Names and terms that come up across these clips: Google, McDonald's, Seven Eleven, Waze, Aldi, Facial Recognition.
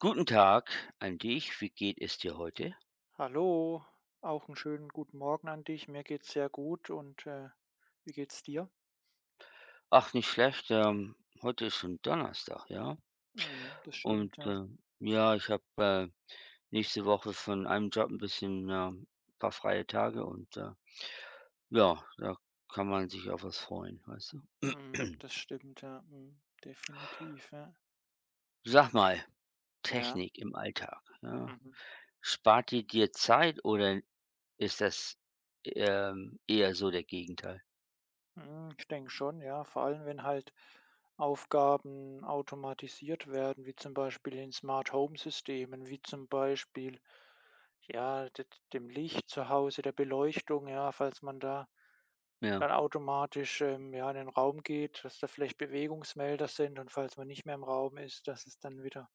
Guten Tag an dich. Wie geht es dir heute? Hallo, auch einen schönen guten Morgen an dich. Mir geht's sehr gut und wie geht's dir? Ach, nicht schlecht. Heute ist schon Donnerstag, ja? Mhm, das Und stimmt, ja. Ja, ich habe nächste Woche von einem Job ein bisschen ein paar freie Tage und ja, da kann man sich auf was freuen, weißt du? Mhm, das stimmt, ja. Mhm, definitiv, ja. Sag mal, Ja, Technik im Alltag, ja? mhm. Spart die dir Zeit oder ist das eher so der Gegenteil? Hm, ich denke schon, ja, vor allem, wenn halt Aufgaben automatisiert werden, wie zum Beispiel in Smart Home Systemen, wie zum Beispiel, ja, d dem Licht zu Hause, der Beleuchtung, ja, falls man da Ja. dann automatisch, ja, in den Raum geht, dass da vielleicht Bewegungsmelder sind und falls man nicht mehr im Raum ist, dass es dann wieder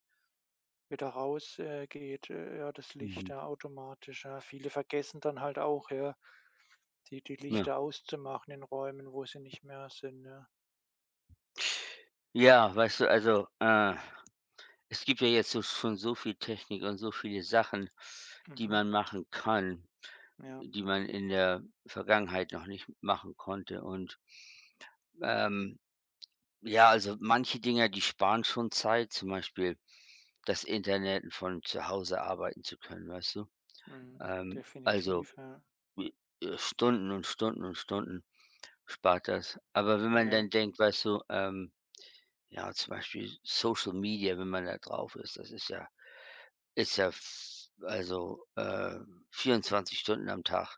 wieder raus, geht, ja, das Licht, Mhm. ja, automatisch, ja. Viele vergessen dann halt auch, ja, die Ja. Lichter auszumachen in Räumen, wo sie nicht mehr sind, ja. Ja, weißt du, es gibt ja jetzt so schon so viel Technik und so viele Sachen, die Mhm. man machen kann, Ja, die man in der Vergangenheit noch nicht machen konnte. Und ähm, ja, also manche Dinge, die sparen schon Zeit, zum Beispiel das Internet und von zu Hause arbeiten zu können, weißt du? mhm. Ähm, also Definitiv, ja. i- Stunden und Stunden und Stunden spart das. Aber wenn man Ja. dann denkt, weißt du, ja, zum Beispiel Social Media, wenn man da drauf ist, das ist ja ist ja f also, äh, 24 Stunden am Tag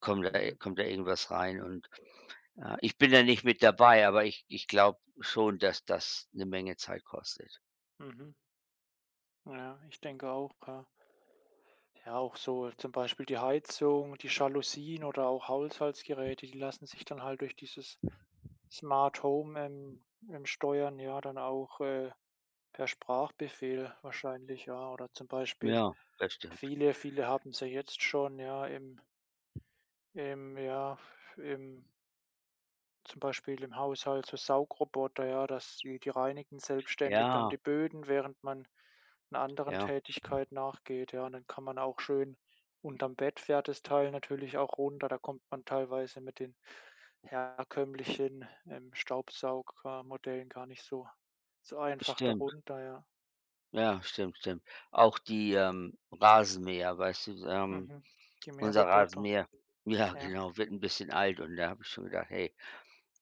kommt da Mhm. kommt da irgendwas rein und, ich bin da nicht mit dabei, aber ich glaube schon, dass das eine Menge Zeit kostet. Mhm. Ja, ich denke auch, ja. Ja, auch so zum Beispiel die Heizung, die Jalousien oder auch Haushaltsgeräte, die lassen sich dann halt durch dieses Smart Home, steuern, ja, dann auch, per Sprachbefehl wahrscheinlich, ja. Oder zum Beispiel Ja, das stimmt. viele haben ja jetzt schon, ja, im ja, im zum Beispiel im Haushalt so Saugroboter, ja, dass die reinigen selbstständig dann Ja, die Böden, während man 'ner anderen ja, Tätigkeit nachgeht, ja. Und dann kann man auch schön unterm Bett fährt das Teil natürlich auch runter. Da kommt man teilweise mit den herkömmlichen Staubsaug gar nicht so so einfach stimmt. darunter, Ja, stimmt, stimmt. Auch die, Rasenmäher, weißt du, ja. Mhm. Die unser Mähroboter, Rasenmäher, ja, ja. genau, wird ein bisschen alt und da habe ich schon gedacht: „Hey,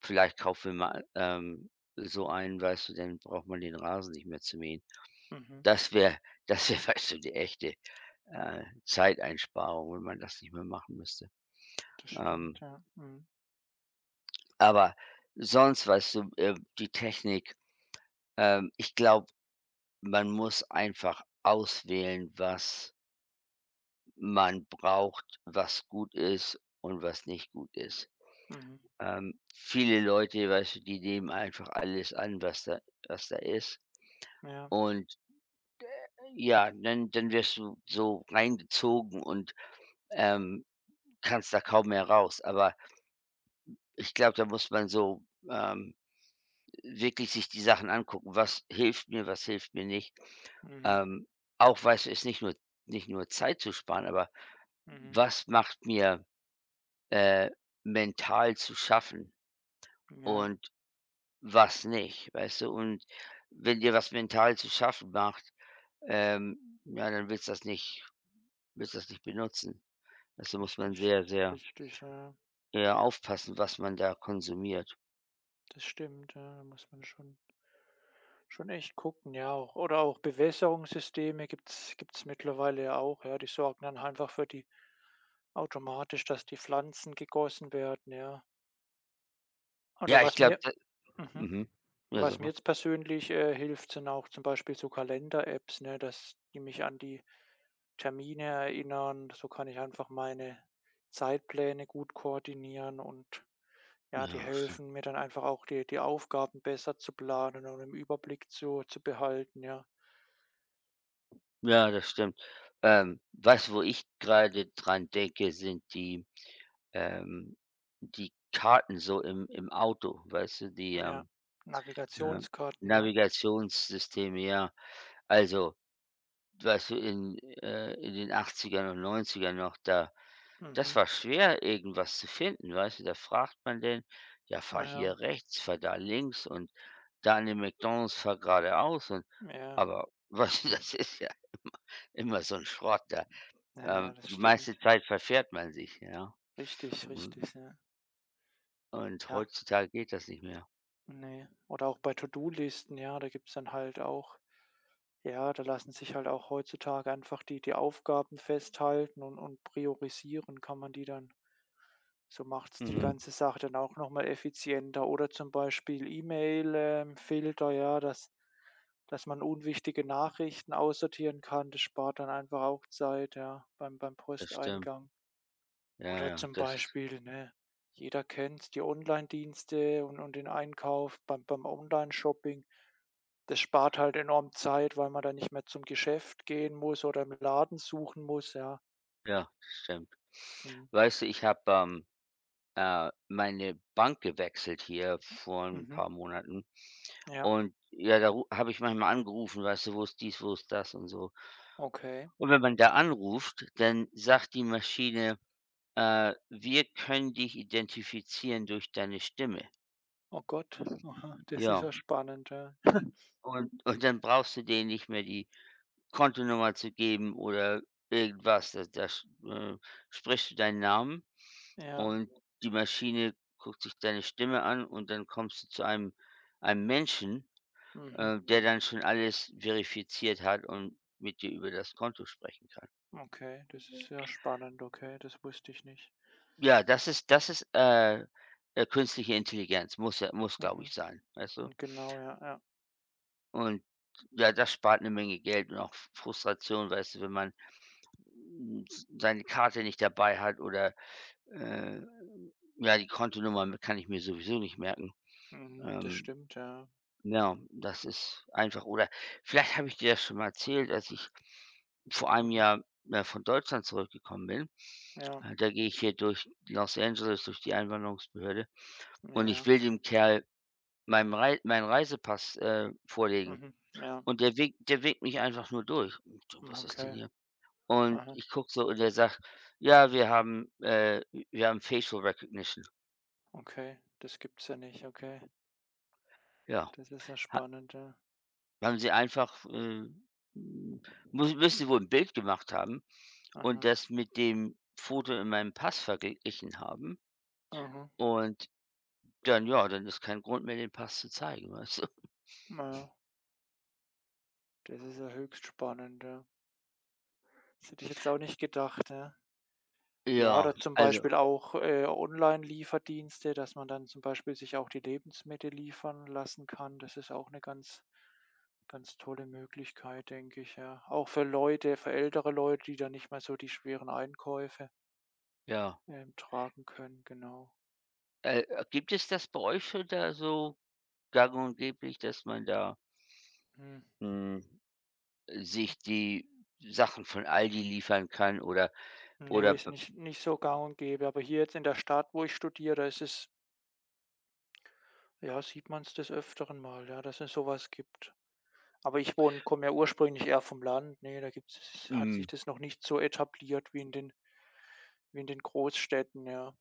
vielleicht kaufen wir mal, so einen“, weißt du, dann braucht man den Rasen nicht mehr zu mähen. Mhm. Das wäre das wäre, weißt du, die echte, Zeiteinsparung, wenn man das nicht mehr machen müsste. Das Ähm, stimmt, ja. Mhm. aber sonst, weißt du, die Technik, ich glaube, man muss einfach auswählen, was man braucht, was gut ist und was nicht gut ist. Mhm. Viele Leute, weißt du, die nehmen einfach alles an, was da ist, Ja. und ja, dann wirst du so reingezogen und, ähm, kannst da kaum mehr raus. Aber ich glaube, da muss man so, ähm, wirklich sich die Sachen angucken. Was hilft mir nicht? Mhm. Ähm, Auch, weißt du, ist nicht nur Zeit zu sparen, aber Mhm. was macht mir, äh, mental zu schaffen Ja, und was nicht, weißt du? Und wenn dir was mental zu schaffen macht, ja, dann willst du das nicht benutzen. Also muss man richtig. sehr, sehr, Richtig, ja. ja, aufpassen, was man da konsumiert. Das stimmt, ja, da muss man schon schon echt gucken, ja auch. Oder auch Bewässerungssysteme gibt's mittlerweile ja auch, ja. Die sorgen dann einfach für die automatisch, dass die Pflanzen gegossen werden, ja. Oder Ja, ich was glaube. mir mhm, Mhm. Ja, sag was mir mal. jetzt persönlich, hilft, sind auch zum Beispiel so Kalender-Apps, ne, dass die mich an die Termine erinnern. So kann ich einfach meine Zeitpläne gut koordinieren und ja, die Ja, stimmt. helfen mir dann einfach auch, die Aufgaben besser zu planen und im Überblick zu behalten, ja. Ja, das stimmt. Was, wo ich gerade dran denke, sind die, ähm die Karten so im Auto, weißt du, die, Ja, äh, Navigationskarten, ja. Navigationssysteme, ja. Also, weißt du, in den 80ern und 90ern noch, da, das Mhm. war schwer, irgendwas zu finden, weißt du? Da fragt man den: „Ja, fahr Ja, hier rechts, fahr da links“ und da an dem McDonald's fahr geradeaus, und ja, aber was, das ist ja immer so 'n Schrott da. ja, das Die meiste stimmt. Zeit verfährt man sich, ja? Richtig, Und richtig, ja. und Ja, heutzutage geht das nicht mehr. ne. Oder auch bei To-do-Listen, ja, da gibt's dann halt auch ja, da lassen sich halt auch heutzutage einfach die Aufgaben festhalten und priorisieren kann man die dann. So macht's die Mhm. ganze Sache dann auch noch mal effizienter oder zum Beispiel E-Mail Filter, ja, dass dass man unwichtige Nachrichten aussortieren kann. Das spart dann einfach auch Zeit, ja, beim beim Das stimmt. Posteingang. Ja, Oder ja, zum das, Beispiel, ne, jeder kennt die Onlinedienste und den Einkauf beim beim shopping. Das spart halt enorm Zeit, weil man da nicht mehr zum Geschäft gehen muss oder im Laden suchen muss, ja. ja, das stimmt. Mhm. Weißt du, ich habe, meine Bank gewechselt hier vor 'n Mhm. paar Monaten, Ja, und ja, da ru habe ich manchmal angerufen, weißt du: „Wo ist dies, wo ist das?“ und so. okay. Und wenn man da anruft, dann sagt die Maschine: „Äh, wir können dich identifizieren durch deine Stimme.“ Oh Gott, aha, das ist Ja, ja spannend, ja. Und dann brauchst du denen nicht mehr die Kontonummer zu geben oder irgendwas. Da da sch Sprichst du deinen Namen, Ja, und die Maschine guckt sich deine Stimme an, und dann kommst du zu einem Menschen, mhm, der dann schon alles verifiziert hat und mit dir über das Konto sprechen kann. okay, das ist ja spannend, okay, das wusste ich nicht. Ja, das ist künstliche Intelligenz, muss, glaube Mhm, ich, sein, weißt du? hm, genau, ja, ja. Und ja, das spart eine Menge Geld und auch F Frustration, weißt du, wenn man, hm, s seine Karte nicht dabei hat, oder, äh, ja, die Kontonummer m kann ich mir sowieso nicht merken. Mhm, das Ähm, stimmt, ja. ja, das ist einfach, oder vielleicht habe ich dir das schon mal erzählt, als ich vor einem Mhm, Jahr, von Deutschland zurückgekommen bin. ja, Da gehe ich hier durch Los Angeles, durch die Einwanderungsbehörde, und ich ja, will dem Kerl meinen Reisepass, vorlegen. mhm, ja, Und der winkt mich einfach nur durch. Und so: hm, „Was ist denn okay. hier?“ Und Aha, ich gucke so und er sagt: „Ja, wir haben Facial Recognition.“ okay, das gibt's ja nicht, okay. Ja, Das ist ja ha spannend, ja. haben sie einfach, hm muss, müssen sie wohl ein Bild gemacht haben und Aha, das mit dem Foto in meinem Pass verglichen haben. aha. Und dann, ja, dann ist kein Grund mehr, den Pass zu zeigen, weißt du? Na ja, das ist ja höchst spannend, ja. Das hätte ich jetzt auch nicht gedacht, ja. Ja, Ja, oder zum Beispiel also auch, Online-Lieferdienste, dass man dann zum Beispiel sich auch die Lebensmittel liefern lassen kann. Das ist auch eine ganz ganz tolle Möglichkeit, denke ich, ja. Auch für Leute für ältere Leute, die dann nicht mehr so die schweren Einkäufe, ja. ähm, tragen können, genau. Gibt es das bei euch schon da so gang und geblich, dass man da, Mhm. hm sich die Sachen von Aldi liefern kann oder Nee, ist b nicht so gang und gäbe, aber hier jetzt in der Stadt, wo ich studiere, ist es ja, sieht man es des Öfteren mal, ja, dass es sowas gibt. Aber ich wohne komme ja ursprünglich eher vom Land, ne, da gibt's hat hm, sich das noch nicht so etabliert wie in den Großstädten, ja.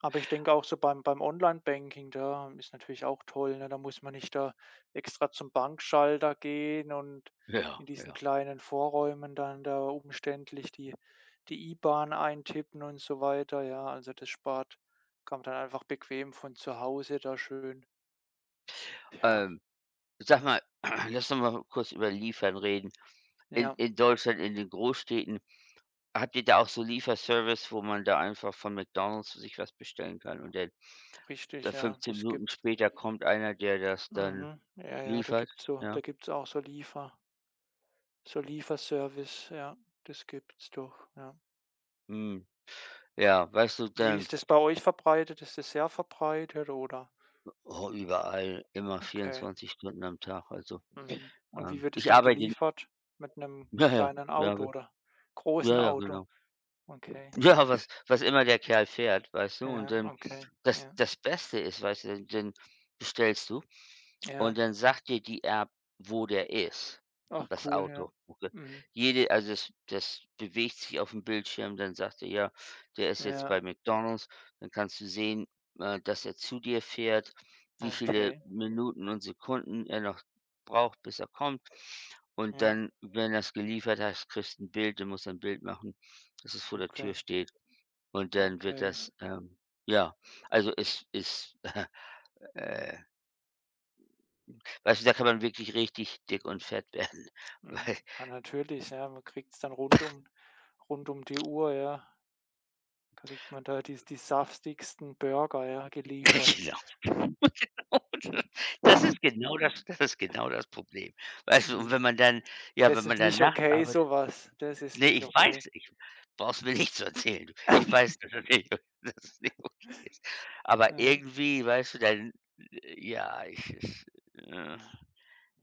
Aber ich denke auch so beim beim Online-Banking, da ist natürlich auch toll, ne? Da muss man nicht da extra zum Bankschalter gehen und ja, in diesen ja. kleinen Vorräumen dann da umständlich die IBAN eintippen und so weiter, ja. Also, das spart kann man dann einfach bequem von zu Hause da schön ja, Ähm, Sag mal, lass uns mal kurz über Liefern reden. Ja, In Deutschland, in den Großstädten, habt ihr da auch so Lieferservice, wo man da einfach von McDonald's sich was bestellen kann und dann da richtig, ja, 15 das Minuten gibt später kommt einer, der das dann mhm, ja, ja, da liefert, gibt's so da ja? gibt's auch so Liefer so Lieferservice, ja, das gibt's doch, ja. Hm, ja, weißt du, Wie dann, ist das bei euch verbreitet? Ist das sehr verbreitet oder? oh, überall, immer Okay. 24 Stunden am Tag, also, Mhm. Und wie wird es ich dann arbeite, geliefert? Mit 'nem ja, ja, kleinen ja, Auto oder großen ja, ja, Auto? genau. Okay, Ja, nicht was sch was immer der Kerl fährt, weißt du? Und ja, dann okay, das ja, Beste ist, weißt du, dann dann bestellst du, und ja. dann sagt dir die App, wo der ist, Ach das cool, ja. Auto. Okay. Mhm. Jede, also das das bewegt sich auf dem Bildschirm, dann sagt er: „Ja, der ist jetzt bei Ja, McDonald's.“ Dann kannst du sehen, dass er zu dir fährt, wie viele okay, Minuten und Sekunden er noch braucht, bis er kommt. Und ja, dann, wenn das geliefert hast, kriegst 'n Bild, du musst ein Bild machen, dass es vor der Tür okay, steht. Und dann wird okay. das, ja, also es ist, äh weißt du, da kann man wirklich richtig dick und fett werden, weil Mhm. Ja, natürlich, ja, man kriegt's dann rund um die Uhr, ja, kriegt man da die die saftigsten Burger, ja, geliefert. genau. Das ist genau das Problem. Weißt du, und wenn Ja. man dann, ja, Das wenn man ist dann nicht nachts okay, arbeitet, sowas. Das ist ne, nicht ich weiß, okay. ich brauchst mir nicht zu erzählen. Du. Ich weiß, dass das nicht dass es nicht okay ist. Aber Ja, irgendwie, weißt du, dann ja, äh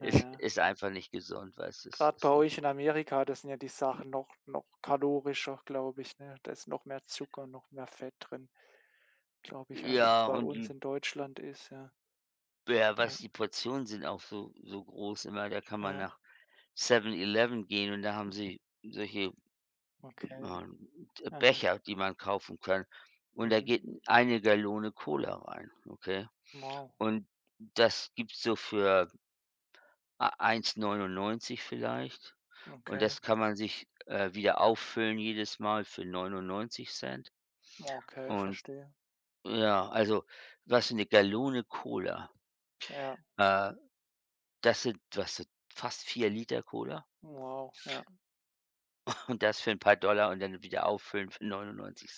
ja, ja. ist einfach nicht gesund, weißt du, es Bei ist euch nicht, in Amerika, das sind ja die Sachen noch noch kalorischer, glaube ich, ne? Da ist noch mehr Zucker, noch mehr Fett drin, glaube ich, als es ja, bei und uns die, in Deutschland ist, ja. ja, Ja, was die Portionen sind auch so so groß immer. Da kann man ja, nach Seven eleven gehen und da haben sie solche, okay. ähm, D Aha, Becher, die man kaufen kann. Und da mhm. geht eine Gallone Cola rein, okay? Wow, Und das gibt's so für ei 1,99 vielleicht. Und okay. das kann man sich, wieder auffüllen jedes Mal für 99. Okay, Und verstehe. ja, also, was, eine Gallone Cola, Ja, äh, das sind, was sind, fast 4 Liter Cola? wow, ja. Und das für ein paar Dollar und dann wieder auffüllen für 99,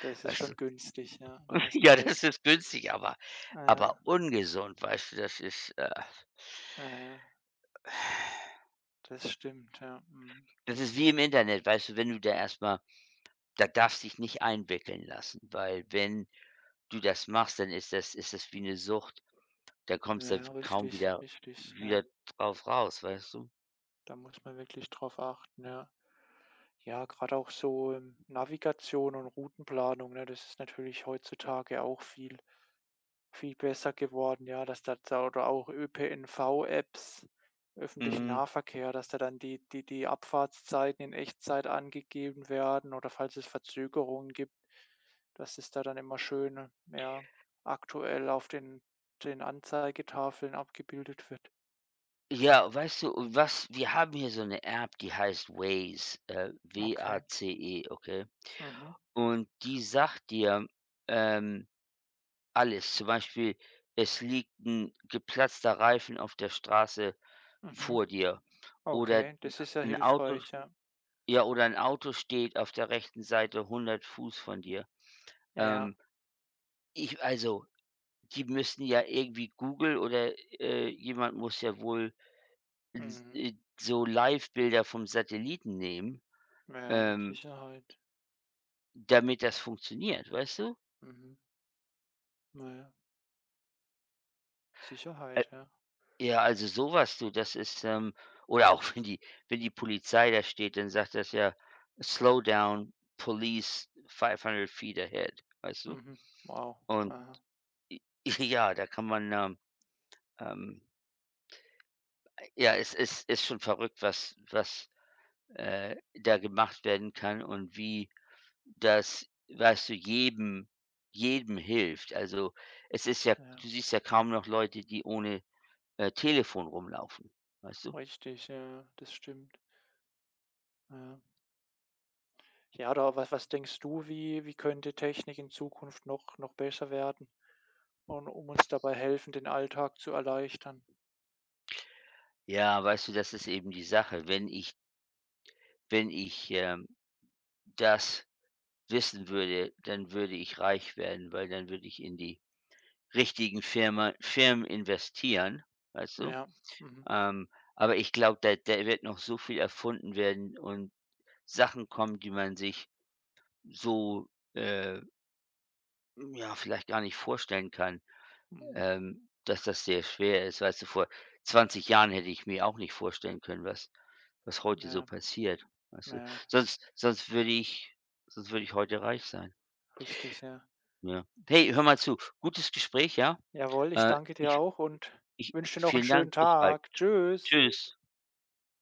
Das ist weißt du? schon günstig, ja, da hast du Ja, das recht. ist günstig, Ah aber ja, ungesund, weißt du, ah ja, das stimmt, ja, mhm, das ist wie im definitiv. Internet, weißt du, wenn du da erstmal, da darfst dich nicht einwickeln lassen, weil wenn du das machst, dann ist das wie eine Sucht. Da kommst Ja, du ja, kaum richtig, wieder richtig, ja. wieder drauf raus, weißt du? Da muss man wirklich drauf achten, ja. Ja, gerade auch so, Navigation und Routenplanung, ne, das ist natürlich heutzutage auch viel viel besser geworden, ja, dass da da oder auch ÖPNV-Apps, öffentlichen Mhm. Nahverkehr, dass da dann die die die Abfahrtszeiten in Echtzeit angegeben werden oder falls es Verzögerungen gibt, dass es da dann immer schön, ja, aktuell auf den den Anzeigetafeln abgebildet wird. Ja, weißt du, und was, wir haben hier so eine App, die heißt Waze, w a Okay. C e, okay? Mhm. Und die sagt dir, ähm, alles. Zum Beispiel, es liegt ein geplatzter Reifen auf der Straße Mhm. vor dir oder Okay, das ist ja ein Auto, hilfreich, ja. ja, oder ein Auto steht auf der rechten Seite 100 Fuß von dir. Ja, Ähm, ich also, Die müssen ja irgendwie Google oder, jemand muss ja wohl, s mhm. So Livebilder vom Satelliten nehmen, Ja, mit ähm, Sicherheit. damit das funktioniert, weißt du? Mhm. Na ja, Sicherheit, ja. Ja, also sowas, du, das ist, oder auch wenn die Polizei da steht, dann sagt das ja: „Slow down, police 500 feet ahead“, weißt du? Mhm. Wow. Und Aha. ja, ähm ja, es ist schon verrückt, was, äh, da gemacht werden kann und wie das, weißt du, jedem hilft. Also, es ist ja, Ja, du siehst ja kaum noch Leute, die ohne, Telefon rumlaufen, weißt du? richtig, ja, das stimmt. Ja. Ja, oder was was denkst du, wie wie könnte Technik in Zukunft noch noch besser werden und um uns dabei helfen, den Alltag zu erleichtern? Ja, weißt du, das ist eben die Sache. Wenn ich das wissen würde, dann würde ich reich werden, weil dann würde ich in die richtigen Firma Firmen investieren, weißt du? Ja. Mhm. Ähm, aber ich glaube, da da wird noch so viel erfunden werden und Sachen kommen, die man sich so, äh, ja, vielleicht gar nicht vorstellen kann, Mhm. Dass das sehr schwer ist. Weißt du, vor 20 Jahren hätte ich mir auch nicht vorstellen können, was was heute so Ja, passiert, weißt du? ja, Sonst sonst würde ich sonst würde ich heute reich sein. richtig, ja. Ja. Hey, hör mal zu. Gutes Gespräch, ja? Jawohl, ich danke dir Ich auch und ich wünsche dir noch einen vielen Dank. schönen Bis bald. Tag. Tschüss. Tschüss.